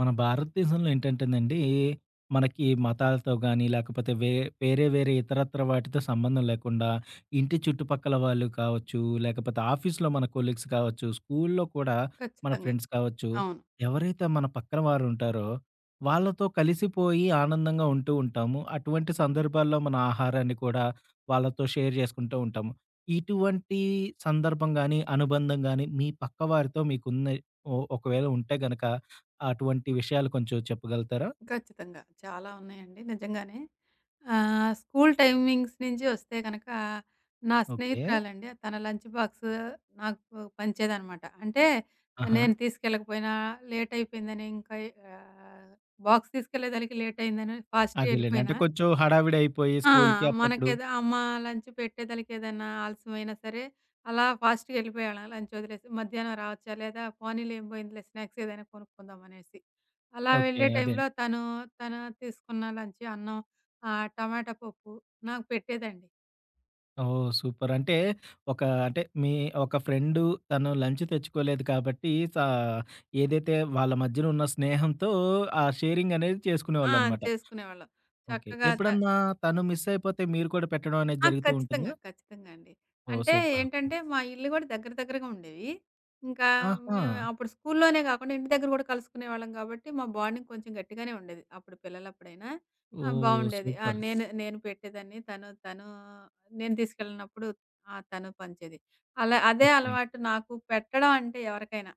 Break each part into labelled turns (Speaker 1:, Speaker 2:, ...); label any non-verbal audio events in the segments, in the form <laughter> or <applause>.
Speaker 1: మన భారతదేశంలో ఏంటంటేనండి, మనకి మతాలతో గాని, లేకపోతే వేరే ఇతరత్ర వాటితో సంబంధం లేకుండా, ఇంటి చుట్టుపక్కల వాళ్ళు కావచ్చు, లేకపోతే ఆఫీస్‌లో మన కొలీగ్స్ కావచ్చు, స్కూల్‌లో కూడా మన
Speaker 2: ఖచ్చితంగా.
Speaker 1: ఫ్రెండ్స్ కావచ్చు,
Speaker 2: అవును.
Speaker 1: ఎవరైతే మన పక్కన వారుంటారో, వాళ్ళతో కలిసిపోయి ఆనందంగా ఉంటూ ఉంటాము. అటువంటి సందర్భాల్లో మన ఆహారాన్ని కూడా వాళ్ళతో షేర్ చేసుకుంటూ ఉంటాము. ఇటువంటి సందర్భం గాని, అనుబంధం గాని, మీ పక్కవారితో మీకున్న ఒకవేళ ఉంటే గనక అటువంటి విషయాలు కొంచెం చెప్పగలుగుతారా?
Speaker 2: ఖచ్చితంగా. చాలా ఉన్నాయండి నిజంగానే. స్కూల్ టైమింగ్స్ నుంచి వస్తే గనక నా
Speaker 1: ఓకే.
Speaker 2: స్నేహితురాలండి తన లంచ్ బాక్స్ నాకు పంచేదనమాట. అంటే
Speaker 1: ఆహా!
Speaker 2: నేను తీసుకెళ్ళకపోయినా లేట్ అయిపోయిందని ఇంకా ఆహ్, బాక్స్ తీసుకెళ్ళేదానికి లేట్ అయిందని ఫాస్ట్‌గా
Speaker 1: అదేలెండి.
Speaker 2: ఎళ్ళిపోయినా
Speaker 1: అంటే కొంచెం హడావిడి అయిపోయి
Speaker 2: ఆ!
Speaker 1: స్కూలుకి అప్పుడప్పుడు
Speaker 2: మనకేదో అమ్మ లంచ్ పెట్టేదలకేదన్నా ఆలస్యమైనా సరే, అలా ఫాస్ట్‌గా ఎళ్ళిపోయేవాళ్ళం లంచ్ వదిలేసి. మధ్యాహ్నం రావచ్చా? లేదా పోనీలే ఏం పోయిందిలే స్నాక్స్ ఏదైనా కొనుక్కుందాం అనేసి. అలా
Speaker 1: ఓకే.
Speaker 2: వెళ్ళే
Speaker 1: అదే.
Speaker 2: టైంలో తను, తను తీసుకున్న లంచ్ అన్నం, టమాటా పప్పు నాకు పెట్టేదండి.
Speaker 1: ఓహ్! సూపర్. అంటే ఒక అంటే మీ ఒక ఫ్రెండు తను లంచ్ తెచ్చుకోలేదు కాబట్టి సా ఏదైతే వాళ్ళ మధ్యన ఉన్న స్నేహంతో ఆ షేరింగ్ అనేది
Speaker 2: ఆ!
Speaker 1: చేసుకునేవాళ్ళనమాట.
Speaker 2: చేసుకునేవాళ్ళం.
Speaker 1: ఓకే.
Speaker 2: చక్కగా
Speaker 1: ఎప్పుడన్నా తను మిస్ అయిపోతే మీరు కూడా పెట్టడం అనేది
Speaker 2: ఆ!
Speaker 1: జరుగుతూ ఉంటుందా?
Speaker 2: ఖచ్చితంగా. ఖచ్చితంగా అండి.
Speaker 1: ఓహ్!
Speaker 2: అంటే
Speaker 1: సూపర్.
Speaker 2: ఏంటంటే, మా ఇల్లు గూడా దగ్గర దగ్గరగా ఉండేవి. ఇంకా
Speaker 1: ఆహా!
Speaker 2: మేము అప్పుడు స్కూల్లోనే గాకుండా ఇంటి దగ్గర గూడా కలుసుకునేవాళ్ళం గాబట్టి, మా బాండింగ్ కొంచెం గట్టిగానే ఉండేది. అప్పుడు పిల్లలప్పుడైనా ఆ!
Speaker 1: ఓహ్!
Speaker 2: బావుండేది. ఆ!
Speaker 1: సూపర్.
Speaker 2: నేను నేను పెట్టేదాన్ని. తను తను నేను తీసుకెళ్ళినప్పుడు ఆ! తను పంచేది. అలా అదే
Speaker 1: ఓకే.
Speaker 2: అలవాటు నాకు పెట్టడం అంటే ఎవరికైనా,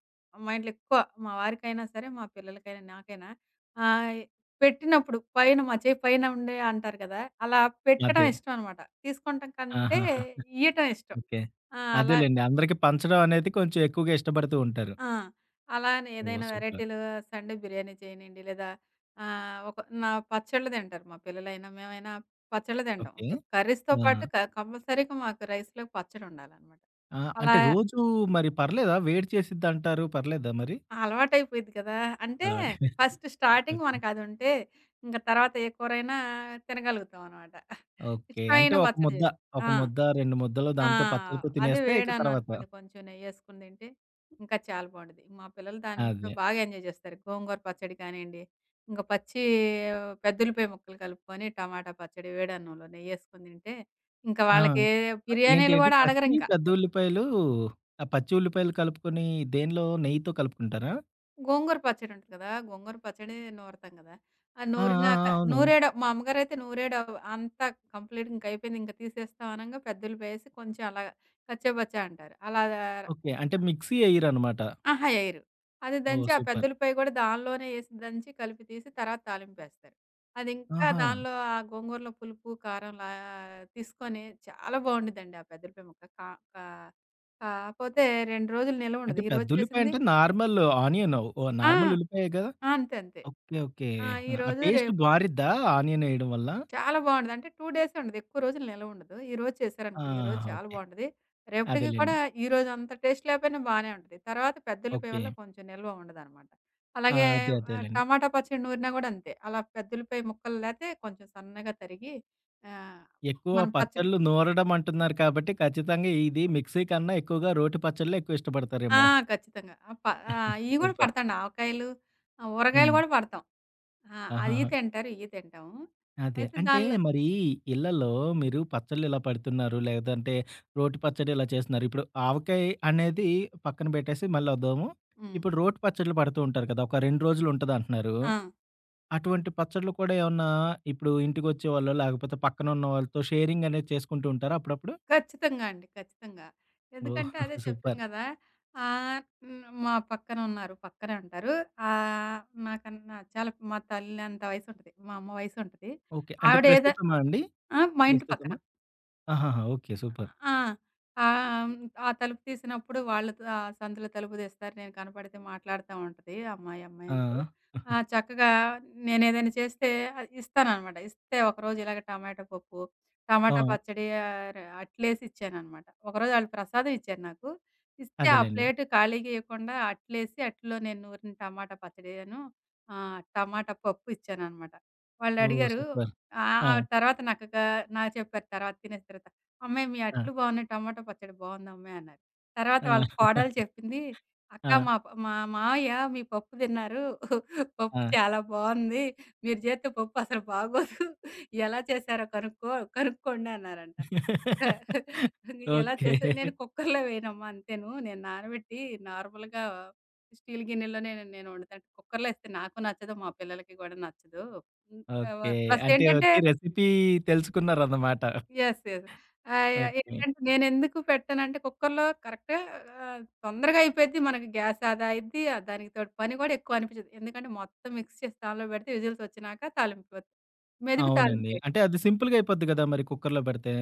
Speaker 2: మా ఇంట్లో ఎక్కువ మా వారికైనా సరే, మా పిల్లలకైనా, నాకైనా ఆహ్, పెట్టినప్పుడు పైన మా చెయ్యి పైన ఉండే అంటారు కదా! అలా పెట్టడం
Speaker 1: అదే.
Speaker 2: ఇష్టం అనమాట. తీసుకుంటం కంటే
Speaker 1: ఆహాహా!
Speaker 2: ఇయ్యటం ఇష్టం.
Speaker 1: ఓకే.
Speaker 2: ఆ! అలా
Speaker 1: అదేలెండి. అందరికి పంచడం అనేది కొంచెం ఎక్కువగా ఇష్టపడుతూ ఉంటారు.
Speaker 2: ఆ! అలానే
Speaker 1: ఓహ్!
Speaker 2: ఏదైనా
Speaker 1: సూపర్.
Speaker 2: వెరైటీలు సండే బిర్యానీ చేయనియండి, లేదా ఒక నా పచ్చళ్ళు తింటారు మా పిల్లలైనా, మేమైనా పచ్చళ్ళు తింటాం.
Speaker 1: ఓకే.
Speaker 2: ఇప్పుడు కర్రీస్‌తో
Speaker 1: ఆ!
Speaker 2: పాటు కంపల్సరీగా మాకు రైస్‌లోకి పచ్చడుండాలనమాట.
Speaker 1: ఆ!
Speaker 2: అలా
Speaker 1: అంటే రోజు మరి పర్లేదా? వేడి చేసిద్దంటారు. పర్లేదా మరి?
Speaker 2: అలవాటయిపోయిద్ది కదా! అంటే
Speaker 1: అలవాటే.
Speaker 2: First starting
Speaker 1: okay.
Speaker 2: మనకదుంటే, ఇంక తర్వాత ఏ కూరైనా తినగలుగుతాం అనమాట.
Speaker 1: ఓకే. అంటే
Speaker 2: ఇష్టమైన
Speaker 1: ఒక
Speaker 2: పచ్చడి
Speaker 1: ముద్ద,
Speaker 2: చేసి.
Speaker 1: ఒక
Speaker 2: ఆ!
Speaker 1: ముద్ద, 2 ముద్దలు
Speaker 2: ఆ!
Speaker 1: దాంతో పచ్చడితో
Speaker 2: అదే
Speaker 1: తినేస్తే ఇక
Speaker 2: వేడన్నం
Speaker 1: తర్వాత
Speaker 2: అనుకోండి కొంచెం నెయ్యేసుకొని తింటే ఇంకా చాలా బావుంటది. మా పిల్లలు దాంతో
Speaker 1: అదే.
Speaker 2: బాగా ఎంజాయ్ చేస్తారు. గోంగూర పచ్చడి కానియండి, ఇంకా పచ్చి పెద్దల్లిపాయ ముక్కలు కలుపుకొని టమాటా పచ్చడి వేడన్నంలో నెయ్యేసుకొని తింటే, ఇంకా
Speaker 1: ఆ!
Speaker 2: వాళ్ళకి
Speaker 1: ఏంటి
Speaker 2: బిర్యానీలు
Speaker 1: ఏంటి
Speaker 2: గూడా
Speaker 1: పచ్చి
Speaker 2: అడగరింక.
Speaker 1: పెద్ద ఉల్లిపాయలు ఆ పచ్చి ఉల్లిపాయలు కలుపుకొని దేనిలో నెయ్యితో కలుపుకుంటారా?
Speaker 2: గోంగూర పచ్చడి ఉంటది కదా! గోంగూర పచ్చడి నూరుతాం కదా! ఆ
Speaker 1: ఆ! ఆ!
Speaker 2: నూరినాక
Speaker 1: ఆ! అవును.
Speaker 2: నూరేయడం, మా అమ్మగారైతే నూరేయడం అంతా కంప్లీట్ ఇంకయిపోయింది. ఇంక తీసేస్తాం అనంగా పెద్దల్లిపాయేసి కొంచెం అలా కచ్చాబచ్చా అంటారు. అలా
Speaker 1: ఓకే. అంటే మిక్సీ ఎయ్యరనమాట.
Speaker 2: ఆహా! ఎయరు. అది
Speaker 1: ఓహ్!
Speaker 2: దంచి ఆ
Speaker 1: సూపర్.
Speaker 2: పెద్ద‌ఉల్లిపాయ కూడా దానిలోనే ఏసి దంచి కలిపి తీసి తర్వాత తాలింపేస్తారు. అదింకా
Speaker 1: ఆహా!
Speaker 2: దానిలో ఆ గోంగూరలో పులుపు, కారం లా తీసుకొని చాలా బావుండిద్దండి ఆ పెద్ద‌ఉల్లిపాయ ముక్క. కా కా కాపోతే 2 రోజులు నిలవుండదు.
Speaker 1: అంటే పెద్ద
Speaker 2: ఈరోజు
Speaker 1: ఉల్లిపాయ
Speaker 2: చేసింది
Speaker 1: అంటే నార్మల్ ఆనియన్ ఓ
Speaker 2: ఆ!
Speaker 1: నార్మల్ ఉల్లిపాయే కదా!
Speaker 2: ఆ! అంతే. అంతే.
Speaker 1: ఓకే. ఓకే.
Speaker 2: ఆ!
Speaker 1: హ్మ్. ఆ
Speaker 2: ఈరోజు
Speaker 1: టేస్ట్
Speaker 2: రేపు
Speaker 1: మారిద్దా ఆనియన్ ఎయడం వల్ల?
Speaker 2: చాలా బావుంటది. అంటే 2 డేసే ఉండదు. ఎక్కువ రోజులు నిలవ ఉండదు. ఈరోజు
Speaker 1: ఆ!
Speaker 2: చేశారనుకోండి, ఈరోజు చాలా
Speaker 1: ఓకే.
Speaker 2: బావుంటది. రేపటికి కూడా
Speaker 1: అదేలెండి.
Speaker 2: ఈరోజు అంత టేస్ట్ లేకపోయినా బానే ఉంటది. తర్వాత పెద్దల్లిపాయ
Speaker 1: ఓకే.
Speaker 2: వల్ల కొంచెం నిల్వ ఉండదనమాట.
Speaker 1: ఆ!
Speaker 2: అలాగే
Speaker 1: అదే అదేలెండి.
Speaker 2: టమాటా పచ్చడి నూరినా కూడా అంతే. అలా పెద్దల్లిపాయ ముక్కలు లేతే కొంచెం సన్నగా తరిగి ఆహ్,
Speaker 1: ఎక్కువ
Speaker 2: మనం పచ్చడి
Speaker 1: పచ్చళ్ళు నూరడం అంటున్నారు కాబట్టి ఖచ్చితంగా ఇది మిక్సీ కన్నా ఎక్కువగా రోటి పచ్చళ్ళే ఎక్కువ
Speaker 2: ఆ!
Speaker 1: ఇష్టపడతారేమో.
Speaker 2: ఖచ్చితంగా. ఆ! ప ఇయి కూడా
Speaker 1: సూపర్.
Speaker 2: పడతాండి. ఆవకాయలు, ఊరగాయలు
Speaker 1: హ్మ్.
Speaker 2: కూడా పడతాం. ఆ! అయి
Speaker 1: ఆహాహా!
Speaker 2: తింటారు, ఇయి తింటాము.
Speaker 1: అదే.
Speaker 2: అయితే
Speaker 1: అంటే
Speaker 2: దానిలో
Speaker 1: మరి ఇళ్ళల్లో మీరు పచ్చళ్ళు ఇలా పెడుతున్నారు. లేదంటే రోటి పచ్చడి ఇలా చేస్తున్నారు. ఇప్పుడు ఆవకాయ అనేది పక్కన పెట్టేసి మళ్ళొద్దాము.
Speaker 2: హ్మ్.
Speaker 1: ఇప్పుడు రోటి పచ్చళ్ళు పెడుతూ ఉంటారు కదా! ఒక 2 రోజులు ఉంటదంటున్నారు.
Speaker 2: ఆ!
Speaker 1: అటువంటి పచ్చళ్ళు కూడా ఏమన్నా ఇప్పుడు ఇంటికొచ్చేవాళ్ళో లేకపోతే పక్కన ఉన్న వాళ్ళతో షేరింగ్ అనేది చేసుకుంటూ ఉంటారా అప్పుడప్పుడు?
Speaker 2: ఖచ్చితంగా అండి. ఖచ్చితంగా.
Speaker 1: ఓహ్!
Speaker 2: ఎందుకంటే అదే
Speaker 1: <laughs>
Speaker 2: చెప్పాను
Speaker 1: సూపర్.
Speaker 2: గదా! ఆహ్, హ్మ్. మా పక్కన ఉన్నారు. పక్కనే ఉంటారు. ఆహ్, నాకన్నా చాలా మా తల్లి అంత వయసుంటది. మా అమ్మ వయసుంటది.
Speaker 1: ఓకే. అంటే
Speaker 2: ఆవిడ ఏద
Speaker 1: ప్రస్తుతమా అండి?
Speaker 2: ఆ! మా ఇంటి పక్కన.
Speaker 1: ప్రస్తుతమా? ఆహాహా! ఓకే. సూపర్.
Speaker 2: ఆ! ఆహ్, హ్మ్. ఆ తలుపు తీసినప్పుడు వాళ్ళు త సందులో తలుపు తీస్తారు. నేను కనపడితే మాట్లాడుతా ఉంటది. అమ్మాయి, అమ్మాయి
Speaker 1: ఆ!
Speaker 2: అంటూ. ఆ!
Speaker 1: <laughs>
Speaker 2: చక్కగా నేనేదైనా చేస్తే ఇస్తాననమాట. ఇస్తే ఒకరోజు ఇలాగ టమాటా పప్పు,
Speaker 1: ఆ!
Speaker 2: టమాటా పచ్చడి ఆహ్, ర అట్లేసి ఇచ్చాననమాట. ఒకరోజు ఆళ్ళు ప్రసాదం ఇచ్చారు నాకు. ఇస్తే ఆ
Speaker 1: అదేలెండి.
Speaker 2: ప్లేట్ ఖాళీగా ఇయకుండా అట్లేసి అట్లులో నేను నూరిన టమాటా పచ్చడిను, టమాటా పప్పు ఇచ్చాననమాట.
Speaker 1: ఓహ్!
Speaker 2: వాళ్ళడిగారు
Speaker 1: సూపర్. ఆ!
Speaker 2: ఆ తర్వాత నాకు చెప్పారు తర్వాత తినేసిన తర్వాత అమ్మాయి మీ
Speaker 1: ఆ!
Speaker 2: అట్లు బాగున్నాయి. టమాటా పచ్చడి బాగుందమ్మాయి అన్నారు. తర్వాత
Speaker 1: ఆ!
Speaker 2: వాళ్ళ కోడలు
Speaker 1: <laughs>
Speaker 2: చెప్పింది, "అక్క
Speaker 1: ఆ!
Speaker 2: మా మావయ్య మీ పప్పు తిన్నారు. <laughs> పప్పు
Speaker 1: ఆ!
Speaker 2: చాలా బాగుంది. మీరు చేత్తే పప్పు అసలు బాగోదు. ఎలా చేశారో కనుక్కో కనుక్కోండి" అన్నారంట. <laughs> క ఎలా
Speaker 1: ఓకే.
Speaker 2: చేసా నేను? కుక్కర్‌లో వేయనమ్మా అంతేను. నేను నానబెట్టి నార్మల్‌గా స్టీల్ గిన్నెలోనే నేను నేను వండుతాను. కుక్కర్‌లో ఏస్తే నాకు నచ్చదు. మా పిల్లలకి కూడా నచ్చదు. హ్మ్.
Speaker 1: ఓకే.
Speaker 2: ప్లస్
Speaker 1: అంటే
Speaker 2: ఏంటంటే
Speaker 1: వచ్చి రెసిపీ తెలుసుకున్నారన్నమాట.
Speaker 2: యెస్. యెస్. ఆహ్,
Speaker 1: ఓకే.
Speaker 2: ఏంటంటే నేనెందుకు పెట్టానంటే కుక్కర్‌లో కరెక్ట్‌గా తొందరగా అయిపోద్ది. మనకి గ్యాస్ ఆదా అయిద్ది. దానికి తోడు పని కూడా ఎక్కువ అనిపించదు. ఎందుకంటే మొత్తం మిక్స్ చేసి దానిలో పెడితే విజిల్స్ వచ్చినాక తాలింపు. మెదిపి
Speaker 1: అవునండి.
Speaker 2: తాలింపేయడం.
Speaker 1: అంటే అది సింపుల్‌గా అయిపోద్ది గదా! మరి కుక్కర్‌లో పెడితే.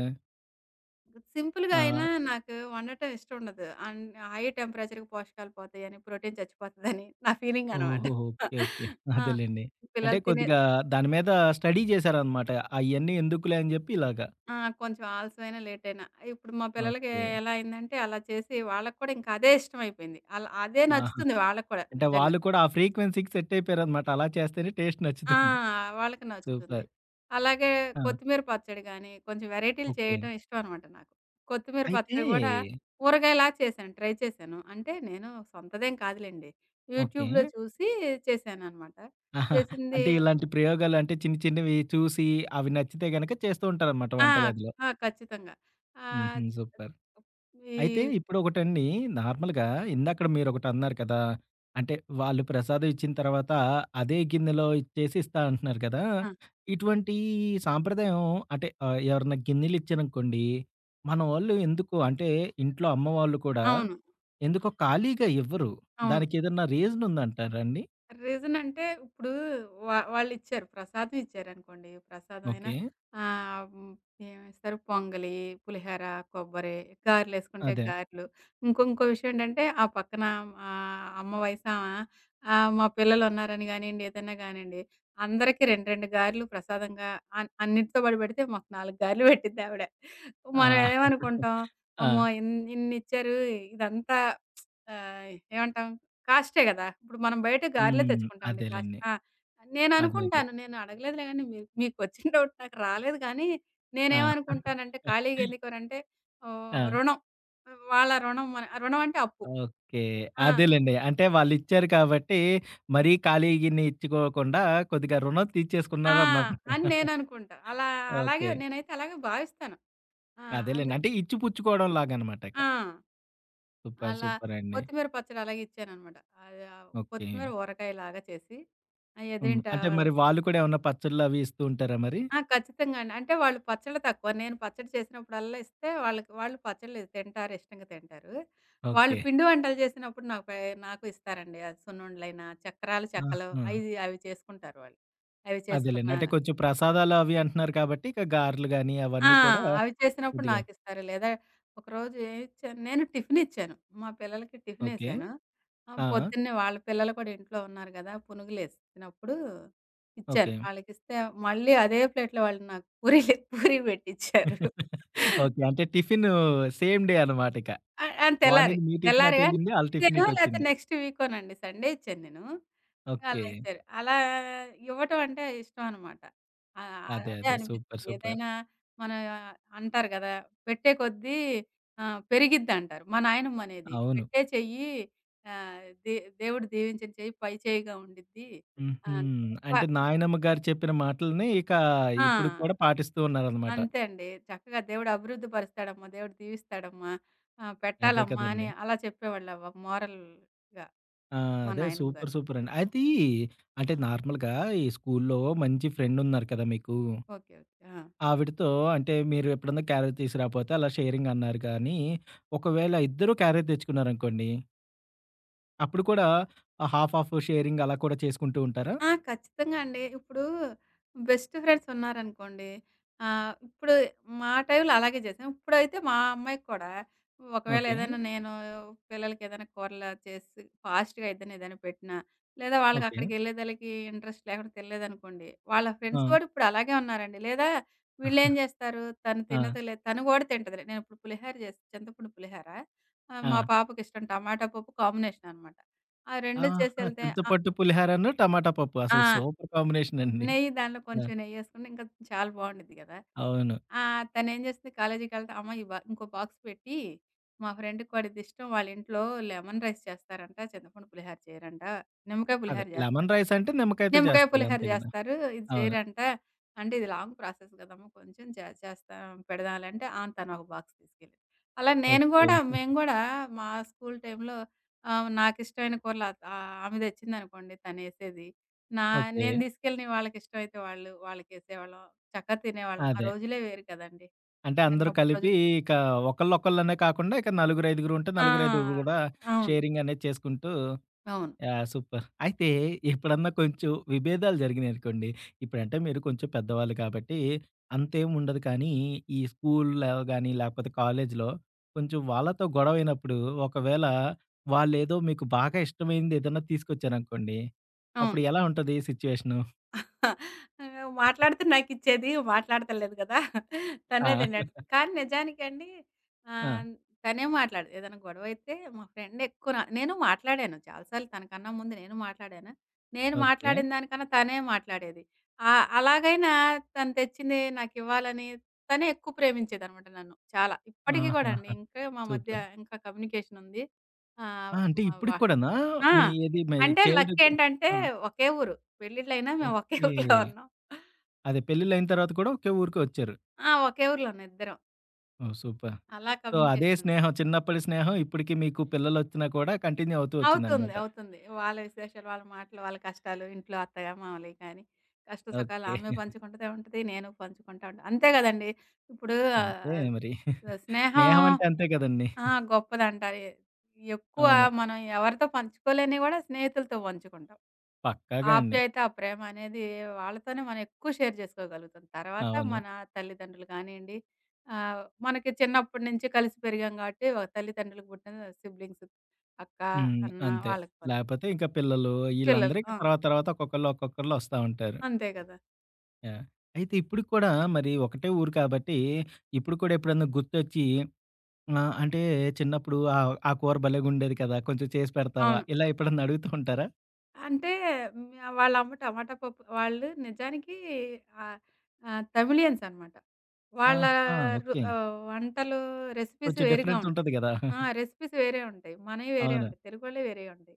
Speaker 2: సింపుల్‌గా
Speaker 1: ఆ!
Speaker 2: అయినా నాకు వండటం ఇష్టం ఉండదు. అండ్ హై టెంపరేచర్‌కి పోషకాలు పోతాయని, ప్రోటీన్ చచ్చిపోతదని నా ఫీలింగ్ అనమాట.
Speaker 1: ఓహో! ఓకే. ఓకే.
Speaker 2: ఆ!
Speaker 1: అదేలెండి. అంటే
Speaker 2: పిల్లలు తినే
Speaker 1: కొద్దిగా దాని మీద స్టడీ చేశారనమాట. అయన్నీ ఎందుకులే అని జెప్పి ఇలాగా.
Speaker 2: ఆ! కొంచెం ఆలస్యమైనా, లేటయినా. ఇప్పుడు మా పిల్లలకి
Speaker 1: ఓకే.
Speaker 2: ఎలా అయిందంటే, అలా చేసి వాళ్ళకి కూడా ఇంకా అదే ఇష్టమైపోయింది. అలా అదే
Speaker 1: ఆహా!
Speaker 2: నచ్చుతుంది వాళ్ళకి కూడా
Speaker 1: అంటే
Speaker 2: నిజంగా.
Speaker 1: వాళ్ళు కూడా ఆ ఫ్రీక్వెన్సీకి సెట్ అయిపోయారనమాట. అలా చేస్తేనే టేస్ట్
Speaker 2: ఆ!
Speaker 1: నచ్చుతుంది.
Speaker 2: వాళ్ళకి నచ్చుతుంది.
Speaker 1: సూపర్.
Speaker 2: అలాగే
Speaker 1: ఆ!
Speaker 2: కొత్తిమీర పచ్చడి గానీ, కొంచెం వెరైటీలు
Speaker 1: ఓకే.
Speaker 2: చేయటం ఇష్టం అనమాట నాకు. కొత్తిమీర
Speaker 1: అయితే
Speaker 2: పచ్చడి గూడా ఊరగాయలా చేశాను, ట్రై చేశాను. అంటే నేను సొంతదేం కాదులెండి.
Speaker 1: ఓకే.
Speaker 2: యూట్యూబ్‌లో చూసి చేశాననమాట.
Speaker 1: ఆహా!
Speaker 2: చేసింది
Speaker 1: అంటే ఇలాంటి ప్రయోగాలు అంటే చిన్ని చిన్నవి చూసి అవి నచ్చితే గనక చేస్తూ ఉంటారనమాట
Speaker 2: ఆ!
Speaker 1: వంటగదిలో.
Speaker 2: ఆ! ఖచ్చితంగా.
Speaker 1: హుహు.
Speaker 2: ఆహ్,
Speaker 1: సూపర్. అయితే
Speaker 2: ఈ
Speaker 1: ఇప్పుడొకటండి నార్మల్‌గా ఇందాకడ మీరొకటన్నారు కదా! అంటే వాళ్ళు ప్రసాదం ఇచ్చిన తర్వాత అదే గిన్నెలో ఇచ్చేసి ఇస్తా అంటున్నారు కదా!
Speaker 2: ఆ!
Speaker 1: ఇటువంటి సాంప్రదాయం అంటే ఎవరన్నా గిన్నెలిచ్చారనుకోండి మనవోళ్ళు ఎందుకు అంటే ఇంట్లో అమ్మవాళ్ళు కూడా
Speaker 2: అవును.
Speaker 1: ఎందుకో ఖాళీగా ఇవ్వరు.
Speaker 2: అవును.
Speaker 1: దానికేదన్నా రీజనుందంటారా అండి?
Speaker 2: రీజన్ అంటే ఇప్పుడు వాళ్ళిచ్చారు. ప్రసాదం ఇచ్చారనుకోండి. ప్రసాదమైనా
Speaker 1: ఓకే.
Speaker 2: ఆహ్, హ్మ్. ఏమిస్తారు? పొంగలి, పులిహోర, కొబ్బరి, గారెలేసుకుంటే
Speaker 1: అదే.
Speaker 2: గారెలు. ఇంకో ఇంకో విషయం ఏంటంటే ఆ పక్కన అమ్మ వయసామె, మా పిల్లలున్నారని గానియండి, ఏదైనా గానియండి, అందరికి 2, 2 గారెలు ప్రసాదంగా అన్నిటితో పాటు పెడితే మాకు 4 గారెలు పెట్టిద్ది ఆవిడ.
Speaker 1: ఆ!
Speaker 2: మనం ఏమనుకుంటాం,
Speaker 1: ఆ!
Speaker 2: అమ్మో! ఇన్నిచ్చారు ఇదంతా, ఏమంటాం? కాస్టే గదా! ఇప్పుడు మనం బయట గారెలే
Speaker 1: హ్మ్.
Speaker 2: తెచ్చుకుంటామండి కాస్ట్.
Speaker 1: అదేలెండి.
Speaker 2: ఆ!
Speaker 1: అదే. అదే.
Speaker 2: నేననుకుంటాను. నేను అడగలేదులే గానీ మీరు మీకొచ్చిన డౌట్ నాకు రాలేదు గానీ,
Speaker 1: ఆ!
Speaker 2: నేనేమనుకుంటానంటే ఖాళీగా ఎందుకునంటే
Speaker 1: ఆ!
Speaker 2: రుణం. వాళ్ళ రుణం మన రుణం అంటే అప్పు.
Speaker 1: ఓకే.
Speaker 2: ఆ!
Speaker 1: అదేలెండి. అంటే వాళ్ళిచ్చారు కాబట్టి, మరీ ఖాళీని ఇచ్చుకోకుండా కొద్దిగా రుణం
Speaker 2: ఆ!
Speaker 1: తీర్చేసుకున్నారన్నారు.
Speaker 2: అని నేననుకుంటా. అలా అలాగే
Speaker 1: ఓకే.
Speaker 2: నేనైతే అలాగే భావిస్తాను. ఆ!
Speaker 1: అదేలెండి.
Speaker 2: అందు
Speaker 1: అంటే ఇచ్చి పుచ్చుకోవడం లాగనమాట ఇక.
Speaker 2: ఆ!
Speaker 1: సూపర్.
Speaker 2: అలా
Speaker 1: సూపర్ అండి.
Speaker 2: కొత్తిమీర పచ్చడి అలాగే ఇచ్చాననమాట. అది
Speaker 1: ఓకే.
Speaker 2: కొత్తిమీర ఊరగాయలాగా చేసి, ఆ
Speaker 1: హ్మ్.
Speaker 2: ఎదురింటా
Speaker 1: అంటే మరి
Speaker 2: వాళ్ళకి.
Speaker 1: వాళ్ళు కూడా ఏమన్నా పచ్చళ్ళవి ఇస్తూ ఉంటారా మరి?
Speaker 2: ఆ! ఖచ్చితంగా అండి. అంటే వాళ్ళు పచ్చళ్ళు తక్కువ. నేను పచ్చడి చేసినప్పుడల్లా ఇస్తే వాళ్ళకి వాళ్ళు పచ్చళ్ళు తింటారు, ఇష్టంగా తింటారు. వాళ్ళు
Speaker 1: ఓకే.
Speaker 2: పిండి వంటలు చేసినప్పుడు నాకు ఇస్తారండి. అది సున్నుండలైనా, చక్రాలు, చెక్కలు
Speaker 1: ఆహా!
Speaker 2: అయి అవి చేసుకుంటారు వాళ్ళు. అవి చేసుకున్న
Speaker 1: అదేలెండి. అంటే కొంచెం ప్రసాదాలు అవి అంటున్నారు కాబట్టి, ఇక గారెలు గాని
Speaker 2: ఆ!
Speaker 1: అవన్నీ కూడా
Speaker 2: అవి చేసినప్పుడు
Speaker 1: కొద్దిగా
Speaker 2: నాకిస్తారు. లేదా ఒకరోజు ఏమిచ్చాను నేను? టిఫినిచ్చాను. మా పిల్లలకి
Speaker 1: ఓకే.
Speaker 2: టిఫినేసాను.
Speaker 1: ఆ! ఆ!
Speaker 2: పొద్దున్నే వాళ్ళ పిల్లలు కూడా ఇంట్లో ఉన్నారు గదా! పునుగులేసినప్పుడు ఇచ్చాను.
Speaker 1: ఓకే.
Speaker 2: వాళ్ళకిస్తే మళ్ళీ అదే ప్లేట్‌లో వాళ్ళు నాకు పూరీ పెట్టిచ్చారు.
Speaker 1: ఓకే. అంటే టిఫిను సేమ్ డే అన్నమాట ఇక.
Speaker 2: ఆహ్, ఆహ్, తెల్లారి
Speaker 1: మార్నింగ్ మీ టిఫిన్
Speaker 2: తెల్లారిగా
Speaker 1: అటెళ్ళింది. ఆళ్ళ
Speaker 2: నెక్స్ట్
Speaker 1: టిఫిన్
Speaker 2: డేనో లేతే
Speaker 1: ఇటొచ్చింది.
Speaker 2: నెక్స్ట్ వీకోనండి. సండే ఇచ్చాను నేను.
Speaker 1: ఓకే.
Speaker 2: అలా ఇచ్చారు. అలా ఇవ్వటం అంటే ఇష్టం అనమాట.
Speaker 1: అదే.
Speaker 2: అదే
Speaker 1: అదే.
Speaker 2: అనిపిస్తది.
Speaker 1: సూపర్. సూపర్.
Speaker 2: ఏదైనా మన అంటారు గదా! పెట్టే కొద్దీ పెరిగిద్దంటారు. మా నాయనమ్మ అనేది.
Speaker 1: అవును.
Speaker 2: "పెట్టే చెయ్యి, ఆహ్, దే దేవుడు దీవించిన చెయ్యి పై చేయిగా ఉండిద్ది."
Speaker 1: హుహు.
Speaker 2: ఆహ్, ప
Speaker 1: అంటే నాయనమ్మ గారు చెప్పిన మాటల్ని ఇక
Speaker 2: ఆ!
Speaker 1: ఇప్పుడు కూడా పాటిస్తూ ఉన్నారనమాట.
Speaker 2: అంతే అండి. చక్కగా "దేవుడు అభివృద్ధి పరుస్తాడమ్మా, దేవుడు దీవిస్తాడమ్మా,
Speaker 1: అదే
Speaker 2: పెట్టాలమ్మా"
Speaker 1: కదండీ.
Speaker 2: అని అలా చెప్పేవాళ్ళ మోరల్‌గా
Speaker 1: ఆ!
Speaker 2: మా
Speaker 1: అదే
Speaker 2: నాయనమ్మ
Speaker 1: సూపర్.
Speaker 2: గారు.
Speaker 1: సూపర్ అండి. అది అంటే నార్మల్‌గా ఈ స్కూల్లో మంచి ఫ్రెండున్నారు కదా మీకు.
Speaker 2: ఓకే. ఓకే. ఆ!
Speaker 1: ఆవిడతో అంటే మీరు ఎప్పుడన్నా క్యారేజ్ తీసుకురాపోతే అలా షేరింగ్ అన్నారు కానీ, ఒకవేళ ఇద్దరూ క్యారేజ్ తెచ్చుకున్నారనుకోండి అప్పుడు కూడా హాఫ్ హాఫ్ షేరింగ్ అలా కూడా చేసుకుంటూ ఉంటారా?
Speaker 2: ఆ! ఖచ్చితంగా అండి. ఇప్పుడు బెస్ట్ ఫ్రెండ్స్ ఉన్నారనుకోండి. ఇప్పుడు మా టైంలో అలాగే చేసాం. ఇప్పుడైతే మా అమ్మాయికి కూడా ఒకవేళ
Speaker 1: ఓకే.
Speaker 2: ఏదైనా నేను పిల్లలకి ఏదైనా కూరలు చేసి ఫాస్ట్‌గా ఏదైనా ఏదైనా పెట్టినా, లేదా వాళ్ళకి
Speaker 1: ఓకే.
Speaker 2: అక్కడికి వెళ్ళేదలకి ఇంట్రెస్ట్ లేకుండా తినలేదనుకోండి. వాళ్ళ
Speaker 1: ఆ!
Speaker 2: ఫ్రెండ్స్ కూడా ఇప్పుడు అలాగే ఉన్నారండి. లేదా వీళ్ళేం చేస్తారు, తను
Speaker 1: ఆ!
Speaker 2: తినదు లేదు తను కూడా తింటది. నేను ఇప్పుడు పులిహోర చేసి చింతపండు పులిహోర,
Speaker 1: ఆ!
Speaker 2: మా పాపకి ఇష్టం టమాటా పప్పు కాంబినేషన్ అనమాట. ఆ 2
Speaker 1: ఆహా!
Speaker 2: చేసెళ్తే ఆ!
Speaker 1: చింతపట్టు పులిహారను, టమాటా పప్పు అసలు
Speaker 2: ఆ!
Speaker 1: సూపర్ కాంబినేషన్ అండి.
Speaker 2: నెయ్యి దాంట్లో
Speaker 1: ఆ!
Speaker 2: కొంచెం నెయ్యేసుకుని ఇంకా చాలా బావుండిద్ది గదా!
Speaker 1: అవును.
Speaker 2: ఆ! తనేం చేస్తది కాలేజీకెళ్తే, అమ్మ ఈ ఇంకో బాక్స్ పెట్టి, మా ఫ్రెండ్‌కి వాడిది ఇష్టం వాళ్ళింట్లో లెమన్ రైస్ చేస్తారంట, చింతపండు పులిహార చేయరంట, నిమ్మకాయ
Speaker 1: అదే
Speaker 2: పులిహార
Speaker 1: లెమన్
Speaker 2: చేస్తారు.
Speaker 1: రైస్ అంటే నిమ్మకాయతో
Speaker 2: నిమ్మకాయ
Speaker 1: చేస్తారు
Speaker 2: పులిహార
Speaker 1: అంతే కదా!
Speaker 2: చేస్తారు, ఇది
Speaker 1: అవును.
Speaker 2: చేయరంట. అంటే ఇది లాంగ్ ప్రాసెస్ కదమ్మా! కొంచెం చేస్తా పెడదాంలే అంటే, ఆ! తనొక బాక్స్ తీసుకెళ్ళింది. అలా నేను
Speaker 1: ఓకే.
Speaker 2: గూడా మేము గూడా మా స్కూల్ టైంలో నాకిష్టమైన కూరలు, ఆమె తెచ్చిందనుకోండి తనేసేది. నా
Speaker 1: ఓకే.
Speaker 2: నేను తీసుకెళ్ళినవి వాళ్ళకిష్టమైతే వాళ్ళు, వాళ్ళకేసేవాళ్ళం. చక్కగా తినేవాళ్ళం. ఆ
Speaker 1: అదే.
Speaker 2: రోజులే వేరు కదండీ!
Speaker 1: అంటే అందరూ
Speaker 2: చిన్నప్పుడు
Speaker 1: కలిపి
Speaker 2: రోజులు.
Speaker 1: ఇక ఒకళ్ళొకళ్ళనే కాకుండా ఇక నలుగురు, ఐదుగురు ఉంటే నలుగురు, ఐదుగురు
Speaker 2: ఆ!
Speaker 1: కూడా
Speaker 2: అవును.
Speaker 1: షేరింగ్ అనేది చేసుకుంటూ
Speaker 2: అవును.
Speaker 1: యాహ్! సూపర్. అయితే ఎప్పుడన్నా కొంచెం విభేదాలు జరిగినాయనుకోండి, ఇప్పుడంటే మీరు కొంచెం పెద్దవాళ్ళు కాబట్టి అంతేం ఉండదు కానీ, ఈ స్కూల్‌లో గాని, లేకపోతే కాలేజీలో కొంచెం వాళ్ళతో గొడవైనప్పుడు ఒకవేళ వాళ్ళేదో మీకు బాగా ఇష్టమైంది ఏదన్నా తీసుకొచ్చారనుకోండి, అప్పుడు
Speaker 2: అవును.
Speaker 1: ఎలా ఉంటది సిట్యుయేషను?
Speaker 2: మాట్లాడితే నాకిచ్చేది మాట్లాడతలేదు గదా! తనే
Speaker 1: ఆ!
Speaker 2: తినేటిది. కానీ నిజానికండి
Speaker 1: ఆ!
Speaker 2: ఆహ్, తనే మాట్లాడేది. ఏదైనా గొడవైతే మా ఫ్రెండ్ ఎక్కువ నేను మాట్లాడాను, చాలా సార్లు తనకన్నా ముందు నేను మాట్లాడాను. నేను
Speaker 1: ఓకే.
Speaker 2: మాట్లాడిన దానికన్నా తనే మాట్లాడేది. అలాగైనా తను తెచ్చింది నాకివ్వాలని తనే ఎక్కువ ప్రేమించేదనమాట నన్ను చాలా. ఇప్పటికి గూడా అండి.
Speaker 1: ఆహాహా!
Speaker 2: ఇంకా మా మధ్య
Speaker 1: సూపర్.
Speaker 2: ఇంకా కమ్యూనికేషన్ ఉంది. ఆహ్,
Speaker 1: ఆ! అంటే
Speaker 2: వ
Speaker 1: ఇప్పటికి కూడానా?
Speaker 2: ఆ!
Speaker 1: మీ ఏది మీ
Speaker 2: అంటే
Speaker 1: చైల్డ్‌హుడ్
Speaker 2: లక్కేంటంటే
Speaker 1: ఆ!
Speaker 2: ఒకే ఊరు. పెళ్ళిళ్ళైనా మేము ఒకే
Speaker 1: ఓకే.
Speaker 2: <laughs> ఊర్లో ఉన్నాం.
Speaker 1: అదే పెళ్లిళ్లయిన తర్వాత కూడా ఒకే ఊరికే వచ్చారు.
Speaker 2: ఆ! ఒకే ఊర్లోనే ఇద్దరం.
Speaker 1: ఓహ్! సూపర్.
Speaker 2: అలా
Speaker 1: సో, అదే
Speaker 2: కమ్యూనికేషన్ ఉంది.
Speaker 1: స్నేహం చిన్నప్పటి స్నేహం ఇప్పటికి మీకు పిల్లలొచ్చినా కూడా కంటిన్యూ అవుతూ
Speaker 2: అవుతుంది.
Speaker 1: వచ్చిందనమాట.
Speaker 2: అవుతుంది. వాళ్ళ విశేషాలు, వాళ్ళ మాటలు, వాళ్ళ కష్టాలు, ఇంట్లో అత్తయ్య, మామయ్యలయి కానీ, కష్ట సుఖాలు
Speaker 1: ఓకే.
Speaker 2: ఆమె పంచుకుంటూనే ఉంటది. నేను పంచుకుంటా ఉంటా. అంతే గదండీ! ఇప్పుడు
Speaker 1: అంతే మరి.
Speaker 2: స్నేహం
Speaker 1: స్నేహం అంటే అంతే కదండీ.
Speaker 2: ఆ! గొప్పదంటారు. ఎక్కువ
Speaker 1: అవును.
Speaker 2: మనం ఎవరితో పంచుకోలేనివి గూడా స్నేహితులతో పంచుకుంటాం.
Speaker 1: పక్కాగా అండి.
Speaker 2: ఆప్యాయత, ఆ ప్రేమ అనేది వాళ్ళతోనే మనం ఎక్కువ షేర్ చేసుకోగలుగుతాం. తర్వాత
Speaker 1: అవును.
Speaker 2: మన తల్లిదండ్రులు కానియండి, ఆహ్, మనకి చిన్నప్పటి నుంచి కలిసి పెరిగాం కాబట్టి, ఒక తల్లిదండ్రులకు పుట్టిన సిబ్లింగ్స్ అక్క,
Speaker 1: హ్మ్.
Speaker 2: అన్న
Speaker 1: అంతే.
Speaker 2: వాళ్ళకి పంచుతాం.
Speaker 1: లేపోతే ఇంక పిల్లలు
Speaker 2: పిల్లలు
Speaker 1: ఈళ్ళందరూ ఇక
Speaker 2: ఆ!
Speaker 1: తర్వాత తర్వాత ఒక్కొక్కళ్ళు ఒక్కొక్కళ్ళు వస్తా ఉంటారు.
Speaker 2: అంతే కదా!
Speaker 1: యాహ్! అయితే ఇప్పుడు కూడా మరి ఒకటే ఊరు కాబట్టి ఇప్పుడు కూడా ఎప్పుడన్నా గుర్తొచ్చి అంటే చిన్నప్పుడు ఆ కూర భలేగుండేది కదా! కొంచెం చేసి పెడతావా?
Speaker 2: అవును.
Speaker 1: ఇలా ఎప్పుడన్నా అడుగుతూ ఉంటారా?
Speaker 2: అంటే హ్మ్. వాళ్ళమ్మ టమాటా పప్పు వాళ్ళు నిజానికి ఆహ్, ఆహ్, తమిళియన్స్ అనమాట. వాళ్ళ
Speaker 1: ఆహా! ఓకే.
Speaker 2: వంటలు, రెసిపీస్
Speaker 1: కొంచెం
Speaker 2: వేరుగా
Speaker 1: డిఫరెన్స్
Speaker 2: ఉంటాయి.
Speaker 1: ఉంటది గదా!
Speaker 2: ఆ! రెసిపీస్ వేరే ఉంటాయి. మనయి వేరే
Speaker 1: అవును.
Speaker 2: ఉంటాయి. తెలుగోళ్ళయి వేరే ఉంటాయి.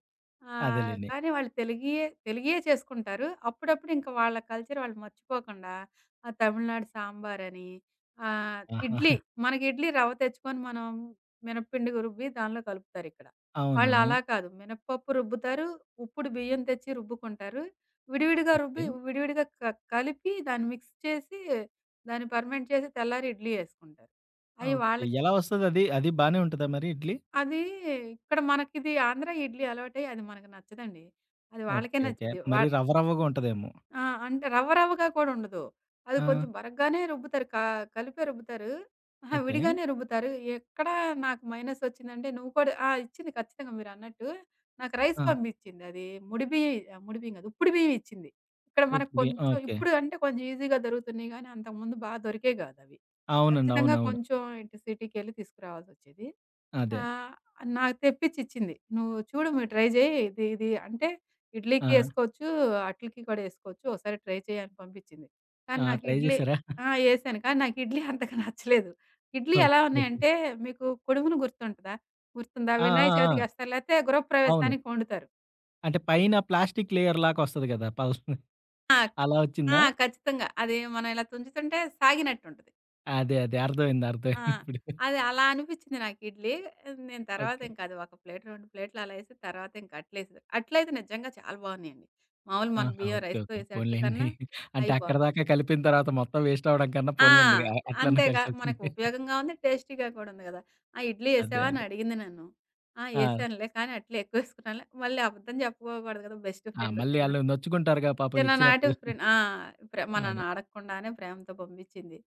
Speaker 1: అదేలెండి.
Speaker 2: కానీ వాళ్ళు తెలుగియే తెలుగియే చేసుకుంటారు. అప్పుడప్పుడు ఇంకా వాళ్ళ కల్చర్ వాళ్ళు మర్చిపోకుండా తమిళనాడు సాంబారని, ఆహ్,
Speaker 1: ఆహా!
Speaker 2: ఇడ్లీ. మనకి ఇడ్లీ రవ్వ తెచ్చుకొని మనం మినపపిండికి రుబ్బి దానిలో కలుపుతారిక్కడ.
Speaker 1: అవును.
Speaker 2: వాళ్ళు అలా కాదు. మినపప్పు రుబ్బుతారు. ఉప్పుడు బియ్యం తెచ్చి రుబ్బుకుంటారు. విడివిడిగా
Speaker 1: ఓకే.
Speaker 2: రుబ్బి, విడివిడిగా కలిపి దాన్ని మిక్స్ చేసి, దాన్ని ఫెర్మెంట్ చేసి తెల్లారి ఇడ్లీ యేసుకుంటారు. అయి
Speaker 1: ఓకే.
Speaker 2: వాళ్ళకి
Speaker 1: ఎలా వస్తదది? అది అది బానే ఉంటదా మరి ఇడ్లీ?
Speaker 2: అది ఇక్కడ మనకిది ఆంధ్ర ఇడ్లీ అలవాటయి అది మనకు నచ్చదండి. అది వాళ్ళకే
Speaker 1: ఓకే. ఓకే.
Speaker 2: నచ్చిద్ది.
Speaker 1: మరి రవ్వ రవ్వగా ఉంటదేమో.
Speaker 2: ఆ! అంటే రవ్వ రవ్వగా కూడా ఉండదు. అది
Speaker 1: ఆ!
Speaker 2: కొంచెం బరగ్గానే రుబ్బుతారు. కలిపే రుబ్బుతారు. అహా!
Speaker 1: ఓకే.
Speaker 2: విడిగానే రుబ్బుతారు. ఎక్కడ నాకు మైనసొచ్చిందంటే, నువ్వు కూడా ఆ! ఇచ్చింది ఖచ్చితంగా మీరన్నట్టు. నాకు రైస్
Speaker 1: ఆ!
Speaker 2: పంపించింది. అది ముడి బియ్యం కాదు. ఉప్పుడు బియ్యం ఇచ్చింది. ఇక్కడ మనకు
Speaker 1: ఉప్మా
Speaker 2: కొంచెం
Speaker 1: ఓకే.
Speaker 2: ఇప్పుడు అంటే కొంచెం ఈజీగా దొరుకుతున్నాయి గానీ, అంతకుముందు దొరికేవి కాదవి.
Speaker 1: అవునండి.
Speaker 2: ఖచ్చితంగా
Speaker 1: అవునవును.
Speaker 2: కొంచెం ఇటు సిటీకెళ్ళి తీసుకురావాల్సొచ్చేది.
Speaker 1: అదే.
Speaker 2: ఆహ్, నాకు తెప్పిచ్చిచ్చింది. "నువ్వు చూడు, నువ్వు ట్రై చేయి. ఇది ఇది" అంటే
Speaker 1: ఆ!
Speaker 2: ఇడ్లీకి ఏసుకోవచ్చు. అట్లకి కూడా ఏసుకోవచ్చు. ఒకసారి ట్రై చెయ్యి అని పంపించింది.
Speaker 1: ఆ!
Speaker 2: కానీ నాకు
Speaker 1: ట్రై
Speaker 2: ఇడ్లీ
Speaker 1: చేసారా?
Speaker 2: ఆ! ఏశాను. కానీ నాకు ఇడ్లీ అంతగా నచ్చలేదు. ఇడ్లీ ఎలా
Speaker 1: ఓకే.
Speaker 2: ఉన్నాయంటే మీకు కుడుములు గుర్తుంటదా? గుర్తుందా?
Speaker 1: ఆ!
Speaker 2: వినాయక
Speaker 1: ఆ!
Speaker 2: చవితికి
Speaker 1: ఆ!
Speaker 2: ఏస్తారు. లేతే
Speaker 1: అవును.
Speaker 2: గృహప్రవేశానికి వండుతారు.
Speaker 1: అంటే పైన ప్లాస్టిక్ లేయర్ లాగా వస్తది కదా! పల్స్
Speaker 2: ఆ!
Speaker 1: అలా
Speaker 2: ఆ!
Speaker 1: వచ్చిందా?
Speaker 2: ఖచ్చితంగా. అది మనం ఇలా తుంచుతుంటే సాగినట్టుంటది.
Speaker 1: అదే. అదే. అర్థమైంది.
Speaker 2: ఆ!
Speaker 1: అర్థమైంది ఇప్పుడు.
Speaker 2: అది అలా అనిపిచ్చింది నాకు ఇడ్లీ. నేను తర్వాత
Speaker 1: ఓకే.
Speaker 2: ఇంక అది ఒక ప్లేట్, 2 ప్లేట్లు అలా ఏసి తర్వాత ఇంక అట్లేసేది. అట్లయితే నిజంగా చాలా బావున్నాయండి. మామూలు మనం
Speaker 1: ఆహా!
Speaker 2: బియ్యం
Speaker 1: ఓకే.
Speaker 2: రైస్‌తో
Speaker 1: ఓకే.
Speaker 2: ఏసే అట్ల
Speaker 1: పోనీలెండి.
Speaker 2: కన్నా
Speaker 1: అంటే
Speaker 2: అయి బావున్నాయి.
Speaker 1: అక్కడిదాకా కలిపిన తర్వాత మొత్తం వేస్ట్ అవ్వడం కన్నా
Speaker 2: ఆ!
Speaker 1: పోనీలెండి. అట్లన్నా
Speaker 2: అంతేగా
Speaker 1: కలిసొచ్చింది.
Speaker 2: మనకు ఉపయోగంగా ఉంది. టేస్టీగా కూడా ఉంది గదా! "ఆ! ఇడ్లీ
Speaker 1: అదే.
Speaker 2: ఏసావా?" అని
Speaker 1: అదే.
Speaker 2: అడిగింది నన్ను. "ఆ!
Speaker 1: ఆ!
Speaker 2: ఏసానులే. కానీ అట్లే ఎక్కువేసుకున్నానులే." మళ్ళీ అబద్ధం చెప్పుకోకూడదు కదా! బెస్ట్
Speaker 1: ఆ!
Speaker 2: ఫ్రెండ్
Speaker 1: మళ్ళీ
Speaker 2: చిన్న
Speaker 1: ఆళ్ళు నొచ్చుకుంటారుగా పాపం
Speaker 2: చిన్ననాటి
Speaker 1: ఇచ్చినప్పుడు.
Speaker 2: ఫ్రెండ్. ఆ!
Speaker 1: అవును.
Speaker 2: మనల్ని అడగకుండానే ప్రేమతో పంపించింది.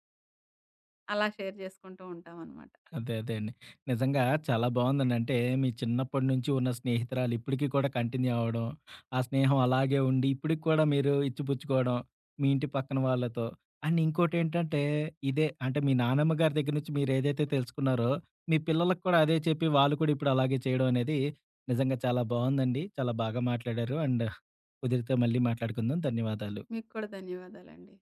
Speaker 2: అలా షేర్ చేసుకుంటూ ఉంటామనమాట.
Speaker 1: అదే. అదే అండి. నిజంగా చాలా బావుందండి. అంటే మీ చిన్నప్పటి నుంచి ఉన్న స్నేహితురాలు ఇప్పటికి కూడా కంటిన్యూ అవ్వడం, ఆ స్నేహం అలాగే ఉండి ఇప్పటికి కూడా మీరు ఇచ్చిపుచ్చుకోవడం, మీ ఇంటి పక్కన వాళ్ళతో. అండ్ ఇంకోటేంటంటే ఇదే అంటే మీ నానమ్మ గారి దగ్గర నుంచి మీరేదైతే తెలుసుకున్నారో, మీ పిల్లలకి కూడా అదే చెప్పి వాళ్ళు కూడా ఇప్పుడు అలాగే చేయడం అనేది నిజంగా చాలా బావుందండి. చాలా బాగా మాట్లాడారు. అండ్ కుదిరితే మళ్ళీ మాట్లాడుకుందాం. ధన్యవాదాలు.
Speaker 2: మీకు కూడా ధన్యవాదాలండి.